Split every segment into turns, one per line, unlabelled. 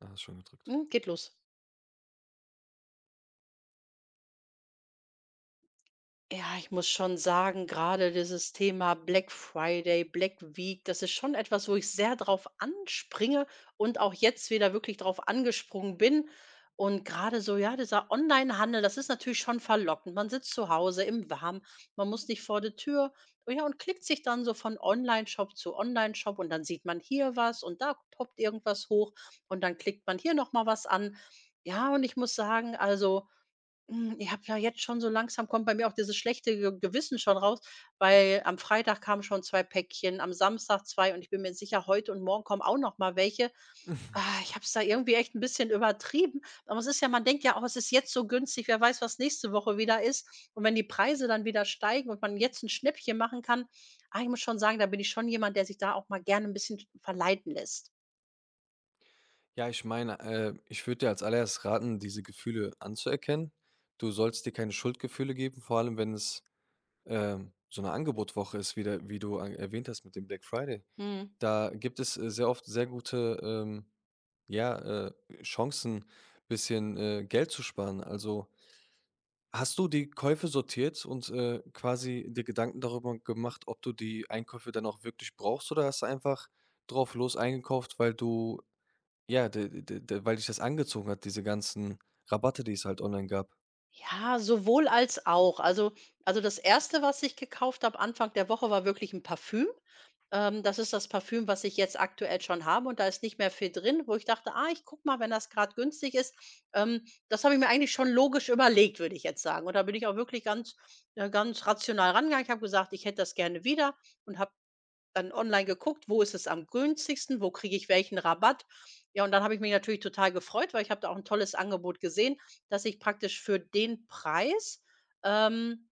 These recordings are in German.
Ah, ist schon gedrückt.
Geht los. Ja, ich muss schon sagen, gerade dieses Thema Black Friday, Black Week, das ist schon etwas, wo ich sehr drauf anspringe und auch jetzt wieder wirklich drauf angesprungen bin. Und gerade so, ja, dieser Online-Handel, das ist natürlich schon verlockend. Man sitzt zu Hause im Warmen, man muss nicht vor der Tür. Oh ja, und klickt sich dann so von Online-Shop zu Online-Shop, und dann sieht man hier was und da poppt irgendwas hoch und dann klickt man hier nochmal was an. Ja, und ich muss sagen, also ich habe ja jetzt schon, so langsam kommt bei mir auch dieses schlechte Ge Gewissen schon raus, weil am Freitag kamen schon 2 Päckchen, am Samstag zwei, und ich bin mir sicher, heute und morgen kommen auch noch mal welche. Ah, ich habe es da irgendwie echt 'n bisschen übertrieben. Aber es ist ja, man denkt ja auch, es ist jetzt so günstig, wer weiß, was nächste Woche wieder ist. Und wenn die Preise dann wieder steigen und man jetzt 'n Schnäppchen machen kann, ich muss schon sagen, da bin ich schon jemand, der sich da auch mal gerne 'n bisschen verleiten lässt.
Ja, ich meine, ich würde dir als Allererstes raten, diese Gefühle anzuerkennen. Du sollst dir keine Schuldgefühle geben, vor allem wenn es, so eine Angebotwoche ist, wie der wie du a erwähnt hast mit dem Black Friday.
Mhm.
Da gibt es, sehr oft sehr gute, ja, Chancen, bisschen, Geld zu sparen. Also, hast du die Käufe sortiert und, quasi dir Gedanken darüber gemacht, ob du die Einkäufe dann auch wirklich brauchst, oder hast du einfach drauf los eingekauft, weil du ja, de de de weil dich das angezogen hat, diese ganzen Rabatte, die es halt online gab.
Ja, sowohl als auch. Also, das erste, was ich gekauft habe Anfang der Woche, war wirklich ein Parfüm. Das ist das Parfüm, was ich jetzt aktuell schon habe, und da ist nicht mehr viel drin, wo ich dachte: „Ah, ich guck mal, wenn das gerade günstig ist.“ Das habe ich mir eigentlich schon logisch überlegt, würde ich jetzt sagen. Und da bin ich auch wirklich ganz, ganz rational rangegangen. Ich habe gesagt: „Ich hätte das gerne wieder“, und habe dann online geguckt, wo ist es am günstigsten, wo kriege ich welchen Rabatt. Ja, und dann habe ich mich natürlich total gefreut, weil ich habe da auch ein tolles Angebot gesehen, dass ich praktisch für den Preis, ähm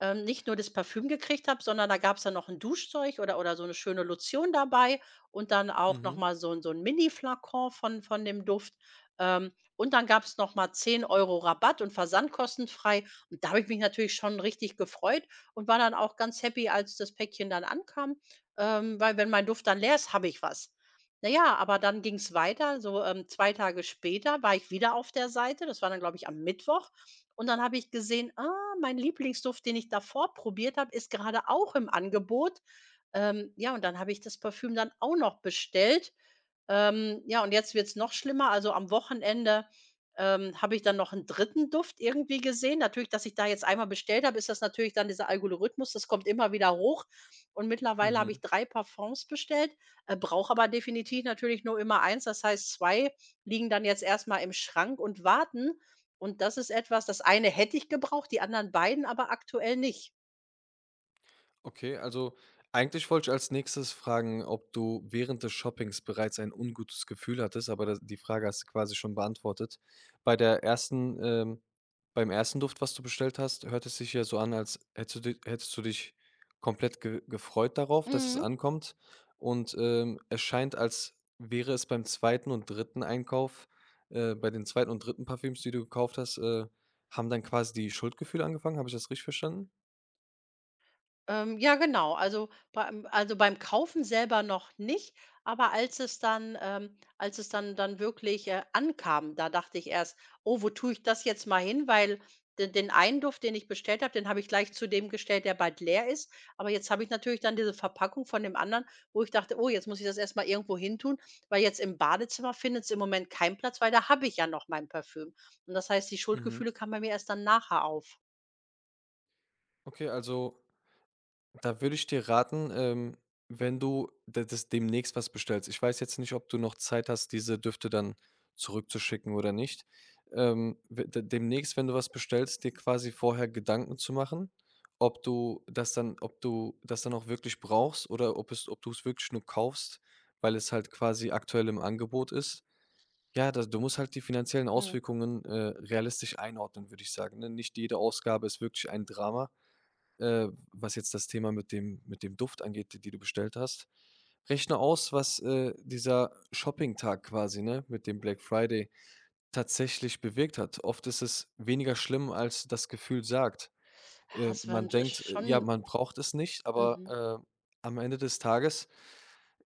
nicht nur das Parfüm gekriegt habe, sondern da gab es dann noch ein Duschzeug oder so eine schöne Lotion dabei und dann auch noch
Mhm,
mal so ein Mini-Flakon von dem Duft. Und dann gab's noch mal 10 € Rabatt und Versand kostenfrei. Und da habe ich mich natürlich schon richtig gefreut und war dann auch ganz happy, als das Päckchen dann ankam, weil wenn mein Duft dann leer ist, habe ich was. Na ja, aber dann ging es weiter. So, 2 Tage später war ich wieder auf der Seite. Das war dann, glaube ich, am Mittwoch. Und dann habe ich gesehen: „Mein Lieblingsduft, den ich davor probiert habe, ist gerade auch im Angebot. Ja, und dann habe ich das Parfüm dann auch noch bestellt. Ja, und jetzt wird's noch schlimmer. Also, am Wochenende habe ich dann noch einen dritten Duft irgendwie gesehen. Natürlich, dass ich da jetzt einmal bestellt habe, ist das natürlich dann dieser Algorithmus, das kommt immer wieder hoch. Und mittlerweile habe ich
mhm.
3 Parfums bestellt, brauche aber definitiv natürlich nur immer eins. Das heißt, 2 liegen dann jetzt erstmal im Schrank und warten. Und das ist etwas, das eine hätte ich gebraucht, die anderen beiden aber aktuell nicht.
Okay, also eigentlich wollte ich als nächstes fragen, ob du während des Shoppings bereits ein ungutes Gefühl hattest, aber die Frage hast du quasi schon beantwortet. Bei der ersten, ähm, beim ersten Duft, was du bestellt hast, hört es sich ja so an, als hättest du dich komplett ge gefreut darauf, dass es
Mhm.
ankommt. Und es scheint, als wäre es beim zweiten und dritten Einkauf, bei den zweiten und dritten Parfüms, die du gekauft hast, haben dann quasi die Schuldgefühle angefangen. Habe ich das richtig verstanden?
Ja, genau. Also, beim Kaufen selber noch nicht, aber als es dann wirklich, ankam, da dachte ich erst: „Oh, wo tue ich das jetzt mal hin?“ Weil de den einen Duft, den ich bestellt habe, den habe ich gleich zu dem gestellt, der bald leer ist. Aber jetzt habe ich natürlich dann diese Verpackung von dem anderen, wo ich dachte: „Oh, jetzt muss ich das erst mal irgendwo hintun“, weil jetzt im Badezimmer findet es im Moment keinen Platz, weil da habe ich ja noch mein Parfüm. Und das heißt, die
Mhm.
Schuldgefühle kamen bei mir erst dann nachher auf.
Okay, also da würde ich dir raten, wenn du d das demnächst was bestellst, ich weiß jetzt nicht, ob du noch Zeit hast, diese Düfte dann zurückzuschicken oder nicht. We de demnächst, wenn du was bestellst, dir quasi vorher Gedanken zu machen, ob du das dann auch wirklich brauchst, oder ob du es wirklich nur kaufst, weil es halt quasi aktuell im Angebot ist. Ja, da du musst halt die finanziellen
Mhm.
Auswirkungen, realistisch einordnen, würde ich sagen, ne? Nicht jede Ausgabe ist wirklich ein Drama, was jetzt das Thema mit dem Duft angeht, die die du bestellt hast. Rechne aus, was, dieser Tag quasi, ne, mit dem Black Friday tatsächlich bewirkt hat. Oft ist es weniger schlimm, als das Gefühl sagt.
Ja, es war
Man denkt, ja, man
schon.
braucht es nicht,
Mhm.
aber, am Ende des Tages,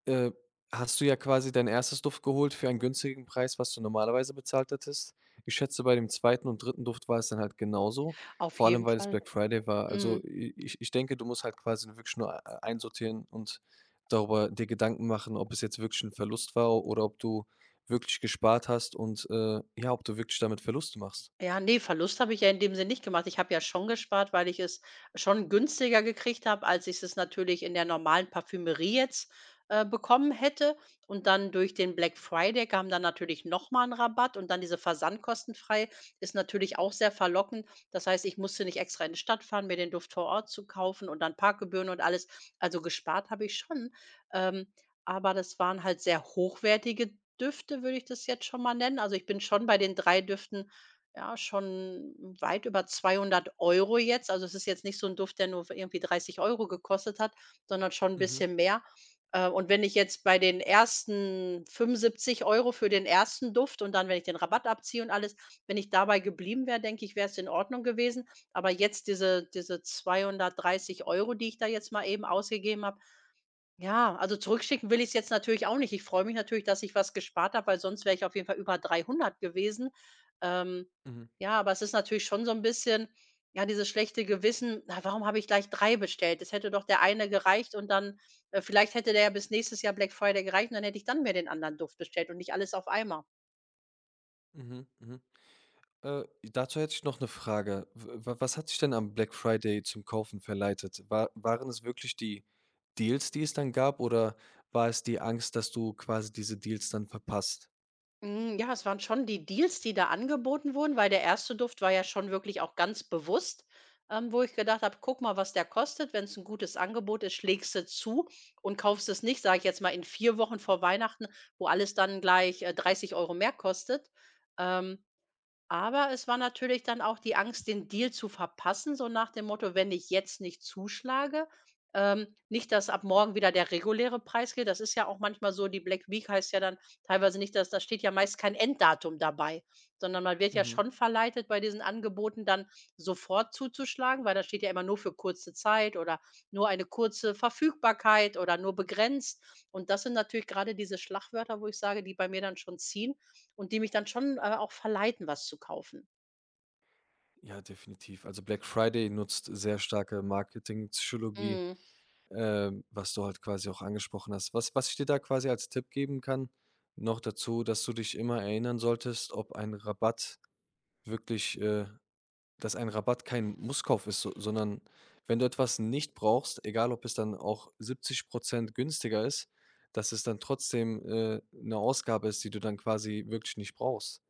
äh, hast du ja quasi dein erstes Duft geholt für einen günstigen Preis, was du normalerweise bezahlt hättest. Ich schätze, bei dem zweiten und dritten Duft war es dann halt genauso,
Auf
vor allem,
jeden
weil es
Fall.
Black Friday war. Also,
Mhm.
i ich ich denke, du musst halt quasi nur wirklich nur ei einsortieren und darüber dir Gedanken machen, ob es jetzt wirklich ein Verlust war oder ob du wirklich gespart hast und, ja, ob du wirklich damit Verluste machst.
Ja, ne, Verlust habe ich ja in dem Sinne nicht gemacht. Ich habe ja schon gespart, weil ich es schon günstiger gekriegt habe, als ich es natürlich in der normalen Parfümerie jetzt, bekommen hätte. Und dann durch den Black Friday kam dann natürlich noch mal 'n Rabatt, und dann diese versandkostenfrei ist natürlich auch sehr verlockend. Das heißt, ich musste nicht extra in die Stadt fahren, mir den Duft vor Ort zu kaufen und dann Parkgebühren und alles. Also, gespart habe ich schon, ähm, aber das waren halt sehr hochwertige Düfte, würde ich das jetzt schon mal nennen. Also, ich bin schon bei den 3 Düften, ja, schon weit über 200 € jetzt. Also, es ist jetzt nicht so ein Duft, der nur für irgendwie 30 € gekostet hat, sondern schon ein
Mhm,
bisschen mehr. Und wenn ich jetzt bei den ersten 75 € für den ersten Duft und dann, wenn ich den Rabatt abziehe und alles, wenn ich dabei geblieben wäre, denke ich, wäre es in Ordnung gewesen. Aber jetzt diese 230 €, die ich da jetzt mal eben ausgegeben habe, ja, also zurückschicken will ich es jetzt natürlich auch nicht. Ich freue mich natürlich, dass ich was gespart habe, weil sonst wäre ich auf jeden Fall über 300 gewesen. Ähm,
mhm,
ja, aber es ist natürlich schon so ein bisschen, ja, dieses schlechte Gewissen: „Na, warum habe ich gleich 3 bestellt? Es hätte doch der eine gereicht, und dann, vielleicht hätte der ja bis nächstes Jahr Black Friday gereicht, und dann hätte ich dann mir den anderen Duft bestellt und nicht alles auf einmal.“
mhm, mhm. Dazu hätte ich noch eine Frage. W wa was hat dich denn am Black Friday zum Kaufen verleitet? Waren es wirklich die Deals, die es dann gab, oder war es die Angst, dass du quasi diese Deals dann verpasst?
Ja, Es waren schon die Deals, die da angeboten wurden, weil der erste Duft war ja schon wirklich auch ganz bewusst, wo ich gedacht habe: „Guck mal, was der kostet. Wenn es ein gutes Angebot ist, schlägst du zu und kaufst es nicht“, sage ich jetzt mal, in 4 Wochen vor Weihnachten, wo alles dann gleich, 30 € mehr kostet. Ähm aber es war natürlich dann auch die Angst, den Deal zu verpassen, so nach dem Motto: „Wenn ich jetzt nicht zuschlage, nicht, dass ab morgen wieder der reguläre Preis gilt.“ Das ist ja auch manchmal so, die Black Week heißt ja dann teilweise nicht, dass da steht ja meist kein Enddatum dabei, sondern man wird ja
Mhm.
schon verleitet, bei diesen Angeboten dann sofort zuzuschlagen, weil da steht ja immer nur für kurze Zeit oder nur eine kurze Verfügbarkeit oder nur begrenzt. Und das sind natürlich gerade diese Schlagwörter, wo ich sage, die bei mir dann schon ziehen, und die mich dann schon, auch verleiten, was zu kaufen.
Ja, definitiv. Also, Black Friday nutzt sehr starke Marketingpsychologie,
Mhm.
was du halt quasi auch angesprochen hast. Was ich dir da quasi als Tipp geben kann, noch dazu, dass du dich immer erinnern solltest, ob ein Rabatt wirklich, äh dass ein Rabatt kein Musskauf ist, so, sondern wenn du etwas nicht brauchst, egal ob es dann auch 70% günstiger ist, dass es dann trotzdem, 'ne Ausgabe ist, die du dann quasi wirklich nicht brauchst.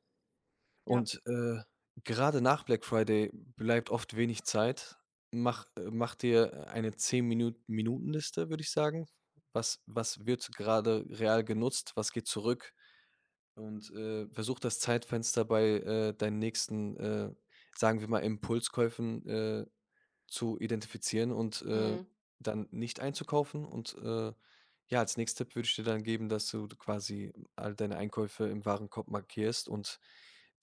Ja.
Und, gerade nach Black Friday bleibt oft wenig Zeit. Mach dir eine 10 Minutenliste, würde ich sagen. Was was wird gerade real genutzt? Was geht zurück? Und, versuch das Zeitfenster bei, deinen nächsten, sagen wir mal, Impulskäufen, zu identifizieren und,
Mhm.
dann nicht einzukaufen. Und, ja, als nächsten Tipp würde ich dir dann geben, dass du quasi all deine Einkäufe im Warenkorb markierst und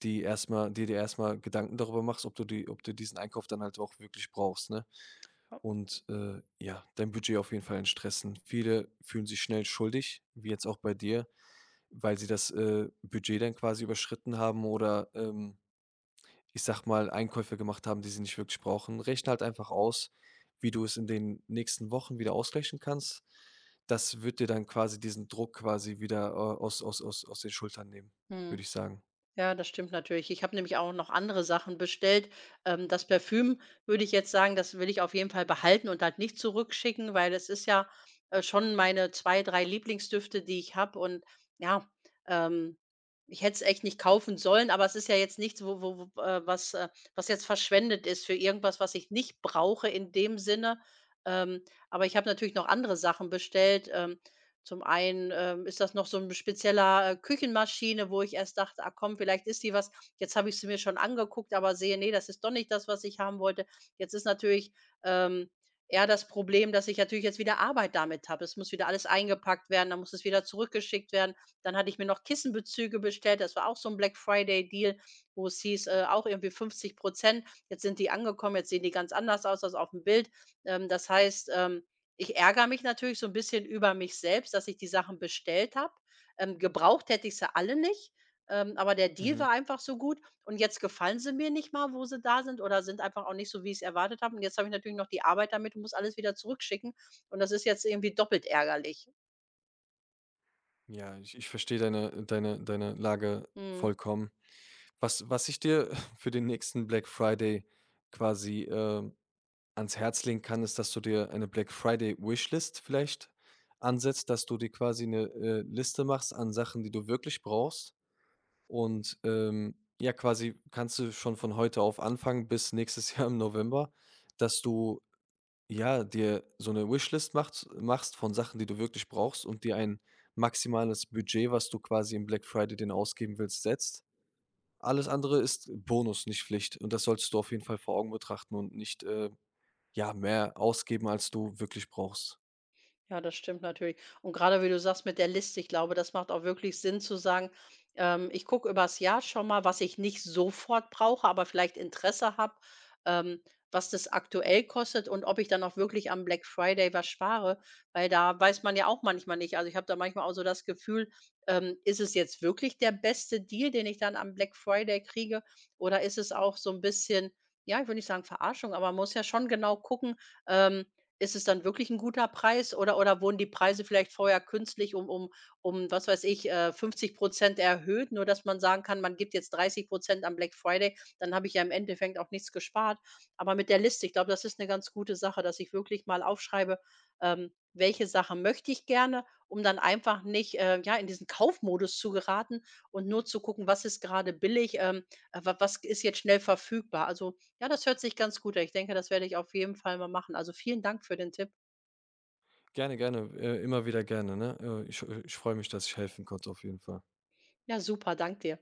die erstmal, dir erstmal Gedanken darüber machst, ob du diesen Einkauf dann halt auch wirklich brauchst, ne?
Ja.
Und, ja, dein Budget auf jeden Fall entstressen. Viele fühlen sich schnell schuldig, wie jetzt auch bei dir, weil sie das, Budget dann quasi überschritten haben oder, ich sage mal, Einkäufe gemacht haben, die sie nicht wirklich brauchen. Rechne halt einfach aus, wie du es in den nächsten Wochen wieder ausgleichen kannst. Das wird dir dann quasi diesen Druck quasi wieder, aus den Schultern nehmen, würde
Mhm.
ich sagen.
Ja, das stimmt natürlich. Ich habe nämlich auch noch andere Sachen bestellt. Das Parfüm würde ich jetzt sagen, das will ich auf jeden Fall behalten und halt nicht zurückschicken, weil es ist ja, schon meine zwei, drei Lieblingsdüfte, die ich habe. Und ja, ähm, ich hätte es echt nicht kaufen sollen, aber es ist ja jetzt nichts, was jetzt verschwendet ist für irgendwas, was ich nicht brauche in dem Sinne. Ähm, aber ich habe natürlich noch andere Sachen bestellt. Zum einen, ist das noch so ein spezieller, Küchenmaschine, wo ich erst dachte: „Ah komm, vielleicht ist die was.“ Jetzt habe ich sie mir schon angeguckt, aber sehe, nee, das ist doch nicht das, was ich haben wollte. Jetzt ist natürlich, ähm, eher das Problem, dass ich natürlich jetzt wieder Arbeit damit habe. Es muss wieder alles eingepackt werden, dann muss es wieder zurückgeschickt werden. Dann hatte ich mir noch Kissenbezüge bestellt. Das war auch so ein Black-Friday-Deal, wo es hieß, auch irgendwie 50. Jetzt sind die angekommen, jetzt sehen die ganz anders aus als auf dem Bild. Das heißt, ich ärgere mich natürlich so ein bisschen über mich selbst, dass ich die Sachen bestellt habe. Gebraucht hätte ich sie alle nicht, aber der Deal
Mhm.
war einfach so gut und jetzt gefallen sie mir nicht mal, wo sie da sind, oder sind einfach auch nicht so, wie ich es erwartet habe, und jetzt habe ich natürlich noch die Arbeit damit und muss alles wieder zurückschicken, und das ist jetzt irgendwie doppelt ärgerlich.
Ja, ich verstehe deine Lage
Mhm.
vollkommen. Was ich dir für den nächsten Black Friday quasi, ans Herz legen kann, ist, dass du dir eine Black Friday Wishlist vielleicht ansetzt, dass du dir quasi eine Liste machst an Sachen, die du wirklich brauchst. Und, ja, quasi kannst du schon von heute auf anfangen bis nächstes Jahr im November, dass du, ja, dir so eine Wishlist macht machst von Sachen, die du wirklich brauchst, und dir ein maximales Budget, was du quasi im Black Friday den ausgeben willst, setzt. Alles andere ist Bonus, nicht Pflicht. Und das solltest du auf jeden Fall vor Augen betrachten und nicht, ja, mehr ausgeben, als du wirklich brauchst.
Ja, das stimmt natürlich. Und gerade wie du sagst mit der Liste, ich glaube, das macht auch wirklich Sinn zu sagen, ich gucke übers Jahr schon mal, was ich nicht sofort brauche, aber vielleicht Interesse habe, ähm, was das aktuell kostet und ob ich dann auch wirklich am Black Friday was spare, weil da weiß man ja auch manchmal nicht. Also, ich habe da manchmal auch so das Gefühl, ist es jetzt wirklich der beste Deal, den ich dann am Black Friday kriege, oder ist es auch so ein bisschen, ja, ich würde nicht sagen Verarschung, aber man muss ja schon genau gucken, ähm ist es dann wirklich 'n guter Preis, oder wurden die Preise vielleicht vorher künstlich um um, was weiß ich, 50% erhöht, nur dass man sagen kann, man gibt jetzt 30 am Black Friday, dann habe ich ja im Endeffekt auch nichts gespart. Aber mit der Liste, ich glaube, das ist 'ne ganz gute Sache, dass ich wirklich mal aufschreibe, welche Sache möchte ich gerne, um dann einfach nicht, in diesen Kaufmodus zu geraten und nur zu gucken, was ist grade billig, wa was ist jetzt schnell verfügbar. Also, ja, das hört sich ganz gut an. Ich denke, das werde ich auf jeden Fall mal machen. Also, vielen Dank für den Tipp.
Gerne, gerne, immer wieder gerne, ne? Ich freue mich, dass ich helfen konnte auf jeden Fall.
Ja, super, dank dir.